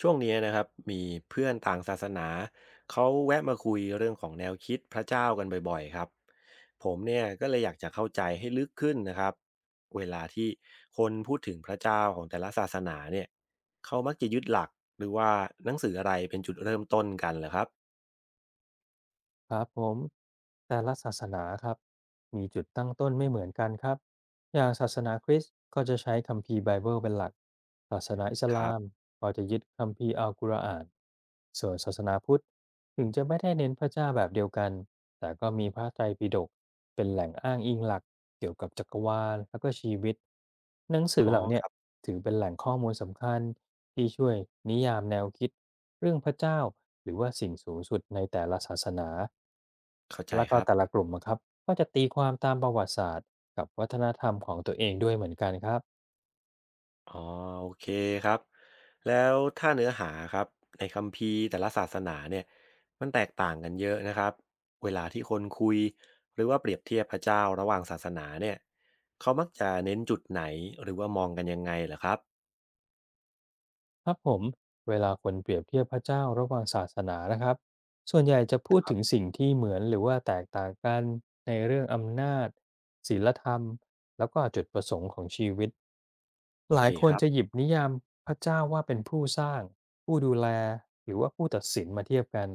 ช่วงนี้นะครับมีเพื่อนต่างศาสนาเขาแวะมาคุยเรื่องของแนวคิดพระเจ้ากันบ่อยๆครับผมเนี่ยก็เลยอยากจะเข้าใจให้ลึกขึ้นนะครับเวลาที่คนพูดถึงพระเจ้าของแต่ละศาสนาเนี่ยเขามักจะยึดหลักหรือว่าหนังสืออะไรเป็นจุดเริ่มต้นกันเหรอครับครับผมแต่ละศาสนาครับมีจุดตั้งต้นไม่เหมือนกันครับอย่างศาสนาคริสต์ก็จะใช้คัมภีร์ไบเบิลเป็นหลักศาสนาอิสครัลาบมก็จะยึดคัมภีร์อัลกุรอานส่วนศาสนาพุทธถึงจะไม่ได้เน้นพระเจ้าแบบเดียวกันแต่ก็มีพระไตรปิฎกเป็นแหล่งอ้างอิงหลักเกี่ยวกับจักรวาลและก็ชีวิตหนังสือ๋ออเหล่าคเนี้ รับถือเป็นแหล่งข้อมูลสำคัญที่ช่วยนิยามแนวคิดเรื่องพระเจ้าหรือว่าสิ่งสูงสุดในแต่ละศาสนาเข้าใจและคก็รับ แต่ละกลุ่มนะครับก็จะตีความตามประวัติศาสตร์กับวัฒนธรรมของตัวเองด้วยเหมือนกันครับอ๋อโอเคครับแล้วถ้าเนื้อหาครับในคัมภีร์แต่ละศาสนาเนี่ยมันแตกต่างกันเยอะนะครับเวลาที่คนคุยหรือว่าเปรียบเทียบพระเจ้าระหว่างศาสนาเนี่ยเขามักจะเน้นจุดไหนหรือว่ามองกันยังไงเหรอครับครับผมเวลาคนเปรียบเทียบพระเจ้าระหว่างศาสนานะครับส่วนใหญ่จะพูดครัถึงบสิ่งที่เหมือนหรือว่าแตกต่างกันในเรื่องอำนาจศีลธรรมแล้วก็จุดประสงค์ของชีวิต โอหลาเคยคคนรับจะหยิบนิยามพระเจ้าว่าเป็นผู้สร้างผู้ดูแลหรือว่าผู้ตัดสินมาเทียบกัน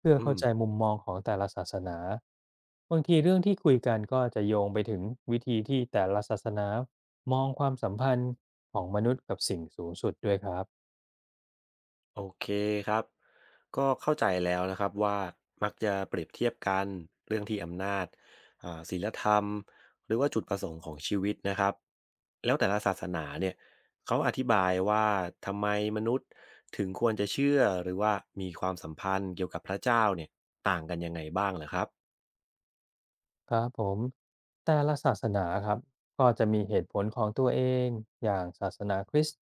เพื่ออืเข้าม ใจมุมมองของแต่ละศาสนาบางทีเรื่องที่คุยกันก็จะโยงไปถึงวิธีที่แต่ละศาสนามองความสัมพันธ์ของมนุษย์กับสิ่งสูงสุดด้วยครับ โอเคครับ ก็เข้าใจแล้วนะครับว่ามักจะเปรียบเทียบกันเรื่องที่อำนาจศีลธรรมหรือว่าจุดประสงค์ของชีวิตนะครับแล้วแต่ละศาสนาเนี่ยเขาอธิบายว่าทำไมมนุษย์ถึงควรจะเชื่อหรือว่ามีความสัมพันธ์เกี่ยวกับพระเจ้าเนี่ยต่างกันยังไงบ้างเหรอครับครับผมแต่ละศาสนาครับก็จะมีเหตุผลของตัวเองอย่างศาสนาคริสต์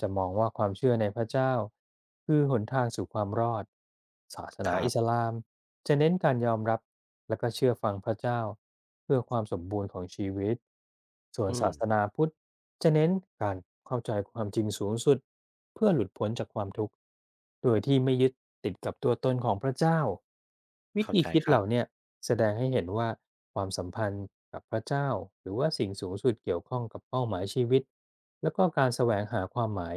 จะมองว่าความเชื่อในพระเจ้าคือหนทางสู่ความรอดศาสคนารัอิสบลามจะเน้นการยอมรับและก็เชื่อฟังพระเจ้าเพื่อความสมบูรณ์ของชีวิตส่วนอืมศาสนาพุทธจะเน้นการเข้าใจความจริงสูงสุดเพื่อหลุดพ้นจากความทุกข์โดยที่ไม่ยึดติดกับตัวตนของพระเจ้า วิเข้าธีใจคิดครัเหบล่าเนี่ยแสดงให้เห็นว่าความสัมพันธ์กับพระเจ้าหรือว่าสิ่งสูงสุดเกี่ยวข้องกับเป้าหมายชีวิตแล้วก็การแสวงหาความหมาย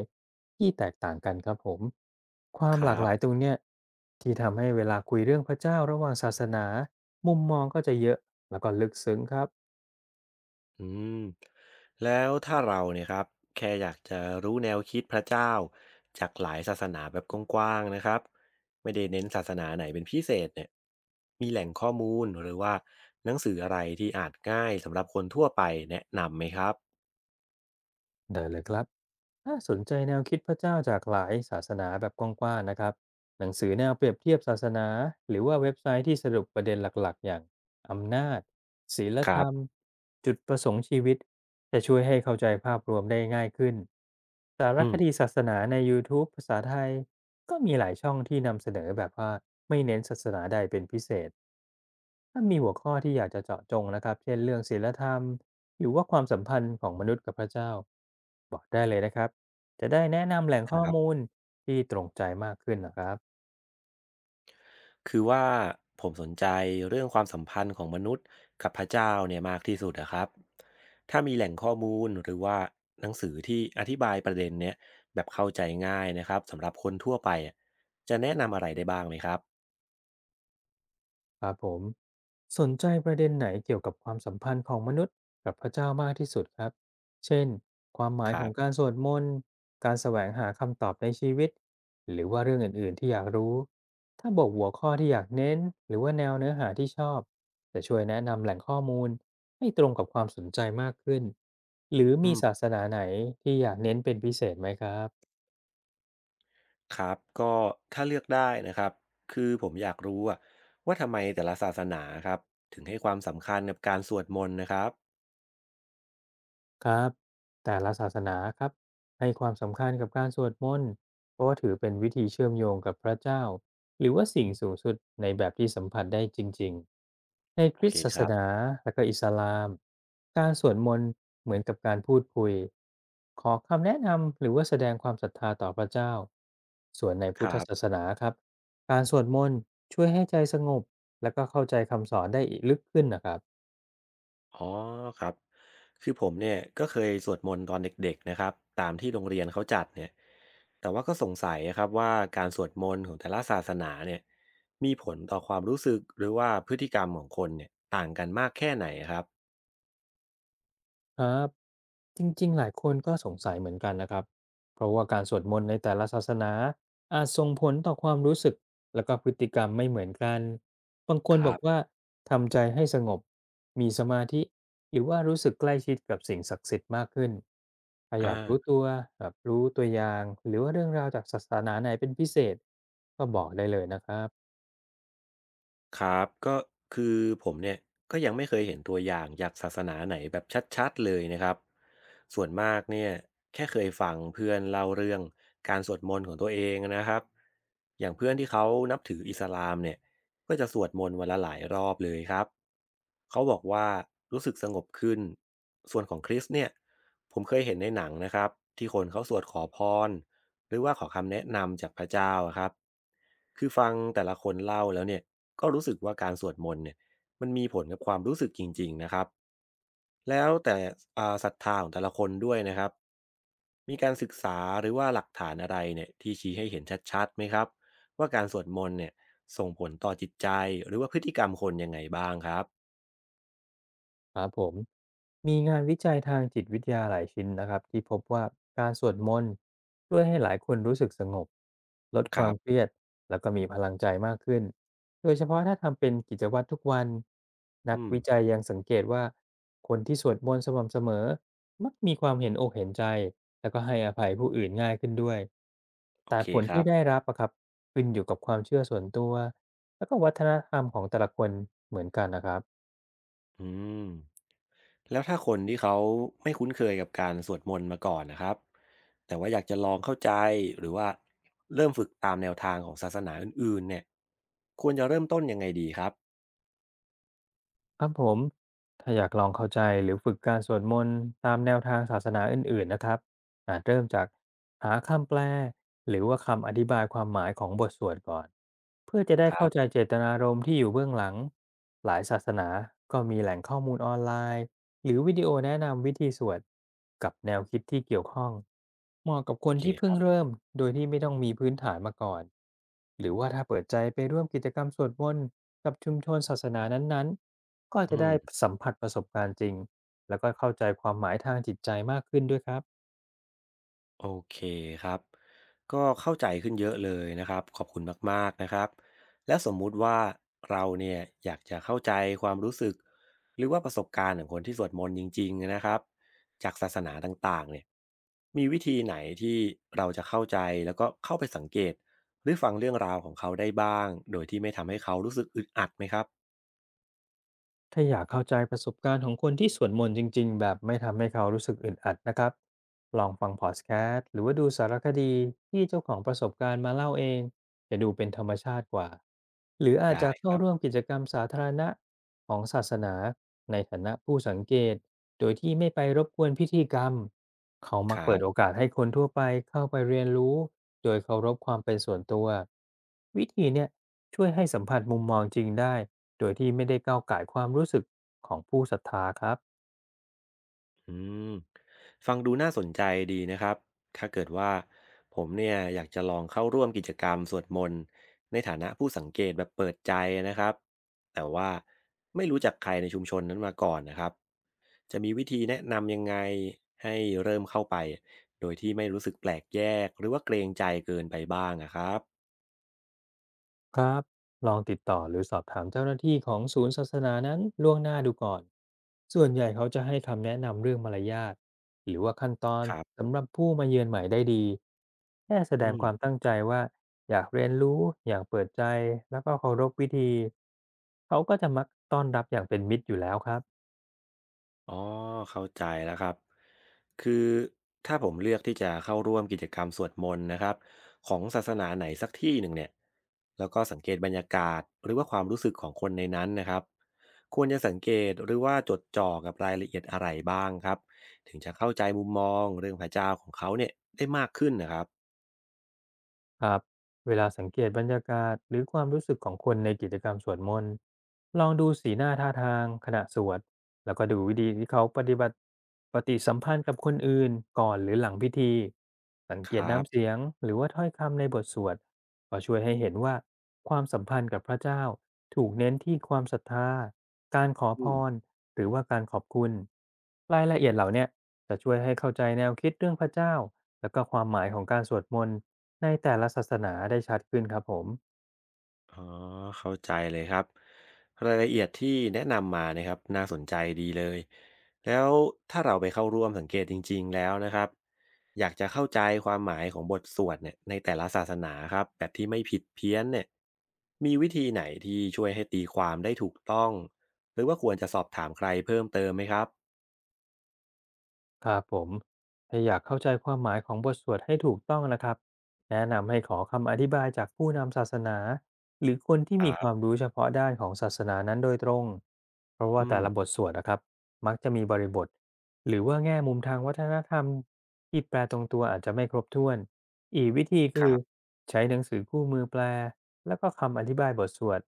ที่แตกต่างกันครับผมความคหรัลากหบ ลายตรงเนี้ยที่ทำให้เวลาคุยเรื่องพระเจ้าระหว่างศาสนามุมมองก็จะเยอะแล้วก็ลึกซึ้งครับอืมแล้วถ้าเราเนี่ยครับแค่อยากจะรู้แนวคิดพระเจ้าจากหลายศาสนาแบบกว้างๆนะครับไม่ได้เน้นศาสนาไหนเป็นพิเศษเนี่ยมีแหล่งข้อมูลหรือว่าหนังสืออะไรที่อ่านง่ายสำหรับคนทั่วไปแนะนำไหมครับเดิเลยครับ ถ้าสนใจแนวคิดพระเจ้าจากหลายศาสนาแบบกว้างๆนะครับหนังสือแนวเปรียบเทียบศาสนาหรือว่าเว็บไซต์ที่สรุปประเด็นหลักๆอย่างอำนาจศีลคธรัรรมบจุดประสงค์ชีวิตจะช่วยให้เข้าใจภาพรวมได้ง่ายขึ้นสารอืคมดีศาสนาใน YouTube ภาษาไทยก็มีหลายช่องที่นำเสนอแบบว่าไม่เน้นศาสนาใดเป็นพิเศษ ถ้ามีหัวข้อที่อยากจะเจาะจงนะครับ เช่นเรื่องศีลธรรม หรือว่าความสัมพันธ์ของมนุษย์กับพระเจ้า บอกได้เลยนะครับ จะได้แนะนำแหล่งข้อครับ มูลที่ตรงใจมากขึ้นนะครับ คือว่าผมสนใจเรื่องความสัมพันธ์ของมนุษย์กับพระเจ้าเนี่ยมากที่สุดนะครับถ้ามีแหล่งข้อมูลหรือว่าหนังสือที่อธิบายประเด็นเนี้ยแบบเข้าใจง่ายนะครับสำหรับคนทั่วไปอะจะแนะนำอะไรได้บ้างไหมครับครับผมสนใจประเด็นไหนเกี่ยวกับความสัมพันธ์ของมนุษย์กับพระเจ้ามากที่สุดครับ เช่นความหมาคยขรัอบงการสวดมนต์การแสวงหาคำตอบในชีวิต หรือว่าเรื่องอื่นๆที่อยากรู้ ถ้าบอกหัวข้อที่อยากเน้นหรือว่าแนวเนื้อหาที่ชอบจะช่วยแนะนำแหล่งข้อมูลให้ตรงกับความสนใจมากขึ้น หรืออืมีมศาสนาไหนที่อยากเน้นเป็นพิเศษไหมครับ ครับก็ถ้าเลือกได้นะครับคือผมอยากรู้อะว่าทำไมแต่ละศาสนาครับถึงให้ความสำคัญกับการสวดมนต์นะครับครับแต่ละศาสนาครับให้ความสำคัญกับการสวดมนต์เพราะว่าถือเป็นวิธีเชื่อมโยงกับพระเจ้าหรือว่าสิ่งสูงสุดในแบบที่สัมผัสได้จริงๆในคโอริเคสตศาคสรันาบและก็อิสลามการสวดมนต์เหมือนกับการพูดคุยขอคำแนะนำหรือว่าแสดงความศรัทธาต่อพระเจ้าส่วนในคพุทธรัศาสบ นาครับการสวดมนต์ช่วยให้ใจสงบและก็เข้าใจคำสอนได้อีกลึกขึ้นนะครับ อ๋อครับคือผมเนี่ยก็เคยสวดมนต์ตอนเด็กๆนะครับตามที่โรงเรียนเขาจัดเนี่ยแต่ว่าก็สงสัยครับว่าการสวดมนต์ของแต่ละศาสนาเนี่ยมีผลต่อความรู้สึกหรือว่าพฤติกรรมของคนเนี่ยต่างกันมากแค่ไหนครับครับจริงๆหลายคนก็สงสัยเหมือนกันนะครับเพราะว่าการสวดมนต์ในแต่ละศาสนาอาจส่งผลต่อความรู้สึกและก็พฤติกรรมไม่เหมือนกันบางคคนบรัอกบว่าทำใจให้สงบมีสมาธิหรือว่ารู้สึกใกล้ชิดกับสิ่งศักดิ์สิทธิ์มากขึ้นถ้าออ่า ยากรู้ตัวแบบรู้ตัวอย่างหรือว่าเรื่องราวจากศาสนาไหนเป็นพิเศษก็บอกได้เลยนะครับ ครับก็คือผมเนี่ยก็ยังไม่เคยเห็นตัวอย่างจากศาสนาไหนแบบชัดๆเลยนะครับส่วนมากเนี่ยแค่เคยฟังเพื่อนเล่าเรื่องการสวดมนต์ของตัวเองนะครับอย่างเพื่อนที่เขานับถืออิสลามเนี่ยก็จะสวดมนต์วันละหลายรอบเลยครับเขาบอกว่ารู้สึกสงบขึ้นส่วนของคริสเนี่ยผมเคยเห็นในหนังนะครับที่คนเขาสวดขอพรหรือว่าขอคำแนะนำจากพระเจ้าอะครับคือฟังแต่ละคนเล่าแล้วเนี่ย ก็รู้สึกว่าการสวดมนต์เนี่ยมันมีผลกับความรู้สึกจริงๆ นะครับแล้วแต่ศรัทธาของแต่ละคนด้วยนะครับมีการศึกษาหรือว่าหลักฐานอะไรเนี่ยที่ชี้ให้เห็นชัดๆ ไหมครับว่าการสวดมนต์เนี่ยส่งผลต่อจิตใจหรือว่าพฤติกรรมคนยังไงบ้างครับครับผมมีงานวิจัยทางจิตวิทยาหลายชิ้นนะครับที่พบว่าการสวดมนต์ช่วยให้หลายคนรู้สึกสงบลดคควารัมเคบรียดแล้วก็มีพลังใจมากขึ้นโดยเฉพาะถ้าทำเป็นกิจวัตรทุกวันนักอืมวิจัยยังสังเกตว่าคนที่สวดมนต์สม่ำเสมอมักมีความเห็นอกเห็นใจแล้วก็ให้อภัยผู้อื่นง่ายขึ้นด้วยโอแต่เคผลครัที่บได้รับอะครับขึ้นอยู่กับความเชื่อส่วนตัวแล้วก็วัฒนธรรมของแต่ละคนเหมือนกันนะครับ อืม แล้วถ้าคนที่เขาไม่คุ้นเคยกับการสวดมนต์มาก่อนนะครับแต่ว่าอยากจะลองเข้าใจหรือว่าเริ่มฝึกตามแนวทางของศาสนาอื่นๆเนี่ยควรจะเริ่มต้นยังไงดีครับครับผมถ้าอยากลองเข้าใจหรือฝึกการสวดมนต์ตามแนวทางศาสนาอื่นๆนะครับอาจเริ่มจากหาคำแปลหรือว่าคำอธิบายความหมายของบทสวดก่อนเพื่อจะได้ครัเข้าใจบเจตนารมณ์ที่อยู่เบื้องหลังหลายศาสนาก็มีแหล่งข้อมูลออนไลน์หรือวิดีโอแนะนำวิธีสวดกับแนวคิดที่เกี่ยวข้องเหมาะกับโอคนเคที่คเพิ่งรับเริ่มโดยที่ไม่ต้องมีพื้นฐานมาก่อนหรือว่าถ้าเปิดใจไปร่วมกิจกรรมสวดมนต์ กับชุมชนศาสนานั้นๆ ก็อืจะได้ม สัมผัสประสบการณ์จริง แล้วก็เข้าใจความหมายทางจิตใจมากขึ้นด้วยครับ โอเคครับก็เข้าใจขึ้นเยอะเลยนะครับขอบคุณมากๆนะครับและสมมุติว่าเราเนี่ยอยากจะเข้าใจความรู้สึกหรือว่าประสบการณ์ของคนที่สวดมนต์จริงๆนะครับจากศาสนาต่างๆเนี่ยมีวิธีไหนที่เราจะเข้าใจแล้วก็เข้าไปสังเกตหรือฟังเรื่องราวของเขาได้บ้างโดยที่ไม่ทำให้เขารู้สึกอึดอัดไหมครับถ้าอยากเข้าใจประสบการณ์ของคนที่สวดมนต์จริงๆแบบไม่ทำให้เขารู้สึกอึดอัดนะครับลองฟังพอดแคสต์หรือว่าดูสารคดีที่เจ้าของประสบการณ์มาเล่าเองจะดูเป็นธรรมชาติกว่าหรืออาได้จจะคเข้ารัร่วมบกิจกรรมสาธารณะของศาสนาในฐานะผู้สังเกตโดยที่ไม่ไปรบกวนพิธีกรรมเขาคมักรัเปิดโอบ กาสให้คนทั่วไปเข้าไปเรียนรู้โดยเคารพความเป็นส่วนตัววิธีเนี่ยช่วยให้สัมผัสมุมมองจริงได้ โดยที่ไม่ได้ก้าวก่ายความรู้สึกของผู้ศรัทธาครับอืมฟังดูน่าสนใจดีนะครับ ถ้าเกิดว่าผมเนี่ยอยากจะลองเข้าร่วมกิจกรรมสวดมนต์ในฐานะผู้สังเกตแบบเปิดใจนะครับ แต่ว่าไม่รู้จักใครในชุมชนนั้นมาก่อนนะครับ จะมีวิธีแนะนำยังไงให้เริ่มเข้าไปโดยที่ไม่รู้สึกแปลกแยกหรือว่าเกรงใจเกินไปบ้างนะครับครับ ลองติดต่อหรือสอบถามเจ้าหน้าที่ของศูนย์ศาสนานั้นล่วงหน้าดูก่อน ส่วนใหญ่เขาจะให้คำแนะนำเรื่องมารยาทหรือว่าขั้นตอนครับสำหรับผู้มาเยือนใหม่ได้ดีแค่แสดอืงม ความตั้งใจว่าอยากเรียนรู้อย่างเปิดใจแล้วก็เคารพวิธี เขาก็จะมักต้อนรับอย่างเป็นมิตรอยู่แล้วครับ อ๋อเข้าใจแล้วครับคือถ้าผมเลือกที่จะเข้าร่วมกิจกรรมสวดมนต์นะครับของศาสนาไหนสักที่หนึ่งเนี่ยแล้วก็สังเกตบรรยากาศหรือว่าความรู้สึกของคนในนั้นนะครับควรจะสังเกตหรือว่าจดจ่อกับรายละเอียดอะไรบ้างครับถึงจะเข้าใจมุมมองเรื่องพระเจ้าของเขาเนี่ยได้มากขึ้นนะครับครับเวลาสังเกตบรรยากาศหรือความรู้สึกของคนในกิจกรรมสวดมนต์ลองดูสีหน้าท่าทางขณะสวดแล้วก็ดูวิธีที่เขาปฏิบัติปฏิสัมพันธ์กับคนอื่นก่อนหรือหลังพิธีสังคเกตรับน้ำเสียงหรือว่าถ้อยคำในบทสวดก็ช่วยให้เห็นว่าความสัมพันธ์กับพระเจ้าถูกเน้นที่ความศรัทธาการขออืพม รหรือว่าการขอบคุณรายละเอียดเหล่าเนี้ยจะช่วยให้เข้าใจแนวคิดเรื่องพระเจ้าและก็ความหมายของการสวดมนต์ ในแต่ละศาสนาได้ชัดขึ้นครับผมอ๋อเข้าใจเลยครับรายละเอียดที่แนะนำมานะครับน่าสนใจดีเลยแล้วถ้าเราไปเข้าร่วมสังเกตจริงๆแล้วนะครับอยากจะเข้าใจความหมายของบทสวดเนี่ยในแต่ละศาสนาครับแบบที่ไม่ผิดเพี้ยนเนี่ยมีวิธีไหนที่ช่วยให้ตีความได้ถูกต้องหรือว่าควรจะสอบถามใครเพิ่มเติมไหมครับครับผมถ้าอยากเข้าใจความหมายของบทสวดให้ถูกต้องนะครับแนะนำให้ขอคำอธิบายจากผู้นำศาสนาหรือคนที่คมีรัความบรู้เฉพาะด้านของศาสนานั้นโดยตรงเพราะอืว่าแต่มละบทสวดนะครับมักจะมีบริบทหรือว่าแง่มุมทางวัฒนธรรมที่แปลตรงตัวอาจจะไม่ครบถ้วนอีกวิธีคคือรับใช้หนังสือคู่มือแปล แล้วก็คำอธิบายบทสวด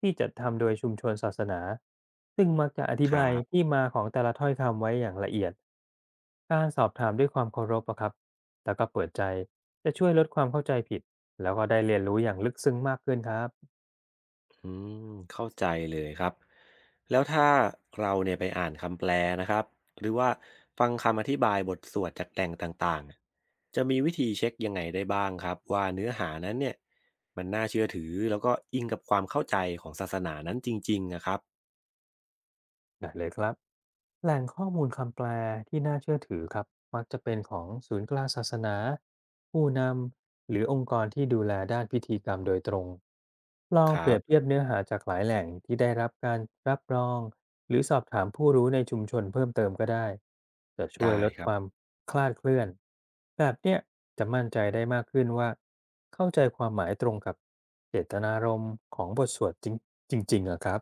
ที่จัดทำโดยชุมชนศาสนาซึ่งมักจะอธิครับายบ ที่มาของแต่ละถ้อยคำไว้อย่างละเอียดการสอบถามด้วยความเคารพอะครับแล้วก็เปิดใจจะช่วยลดความเข้าใจผิดแล้วก็ได้เรียนรู้อย่างลึกซึ้งมากขึ้นครับ อืมเข้าใจเลยครับแล้วถ้าเราเนี่ยไปอ่านคำแปลนะครับหรือว่าฟังคำอธิบายบทสวดจากแหล่งต่างๆอะจะมีวิธีเช็คยังไงได้บ้างครับว่าเนื้อหานั้นเนี่ยมันน่าเชื่อถือแล้วก็อิงกับความเข้าใจของศาสนานั้นจริงๆนะครับได้เลยครับแหล่งข้อมูลคำแปลที่น่าเชื่อถือครับมักจะเป็นของศูนย์กลางศาสนาผู้นำหรือองค์กรที่ดูแลด้านพิธีกรรมโดยตรงลอคงรัเปรียบบเทียบเนื้อหาจากหลายแหล่งที่ได้รับการรับรองหรือสอบถามผู้รู้ในชุมชนเพิ่มเติมก็ได้จะช่วยได้ลดครัคบ วามคลาดเคลื่อนแบบเนี้ยจะมั่นใจได้มากขึ้นว่าเข้าใจความหมายตรงกับเจตนารมณ์ของบทสวดจริงจริงๆอะครับ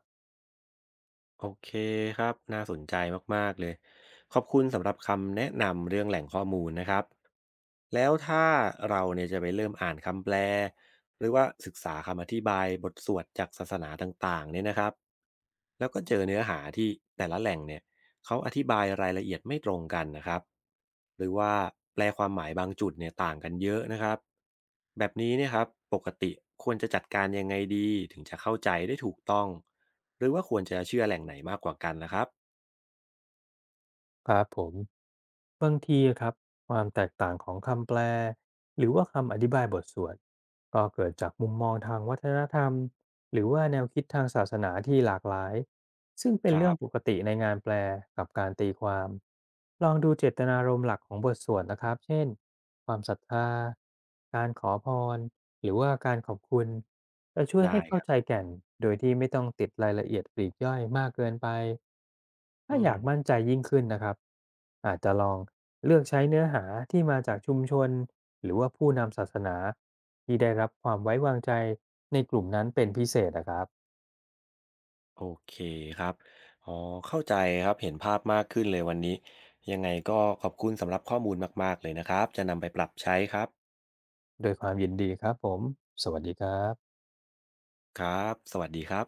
โอเคครับน่าสนใจมากๆเลยขอบคุณสำหรับคำแนะนำเรื่องแหล่งข้อมูลนะครับแล้วถ้าเราเนี่ยจะไปเริ่มอ่านคำแปลหรือว่าศึกษาคำอธิบายบทสวดจากศาสนาต่างๆเนี่ยนะครับแล้วก็เจอเนื้อหาที่แต่ละแหล่งเนี่ยเขาอธิบายรายละเอียดไม่ตรงกันนะครับหรือว่าแปลความหมายบางจุดเนี่ยต่างกันเยอะนะครับแบบนี้เนี่ยครับปกติควรจะจัดการยังไงดีถึงจะเข้าใจได้ถูกต้อง หรือว่าควรจะเชื่อแหล่งไหนมากกว่ากันนะครับ ครับผมบางทีอะครับความแตกต่างของคำแปลหรือว่าคำอธิบายบทสวดก็เกิดจากมุมมองทางวัฒนธรรมหรือว่าแนวคิดทางศาสนาที่หลากหลาย ซึ่งเป็คนรัเรื่องปบ กติในงานแปลกับการตีความลองดูเจตนารมณ์หลักของบทสวดนะครับเช่นความศรัทธาการขอพรหรือว่าการขอบคุณจะช่วยได้ให้คเข้ารับ ใจแก่นโดยที่ไม่ต้องติดรายละเอียดปลีกย่อยมากเกินไปถ้าอือม ยากมั่นใจยิ่งขึ้นนะครับอาจจะลองเลือกใช้เนื้อหาที่มาจากชุมชนหรือว่าผู้นำศาสนาที่ได้รับความไว้วางใจในกลุ่มนั้นเป็นพิเศษนะครับ โอเคครับ อ๋อ เข้าใจครับ เห็นภาพมากขึ้นเลยวันนี้ ยังไงก็ขอบคุณสำหรับข้อมูลมากๆเลยนะครับ จะนำไปปรับใช้ครับ ด้วยความยินดีครับผม สวัสดีครับครับ สวัสดีครับ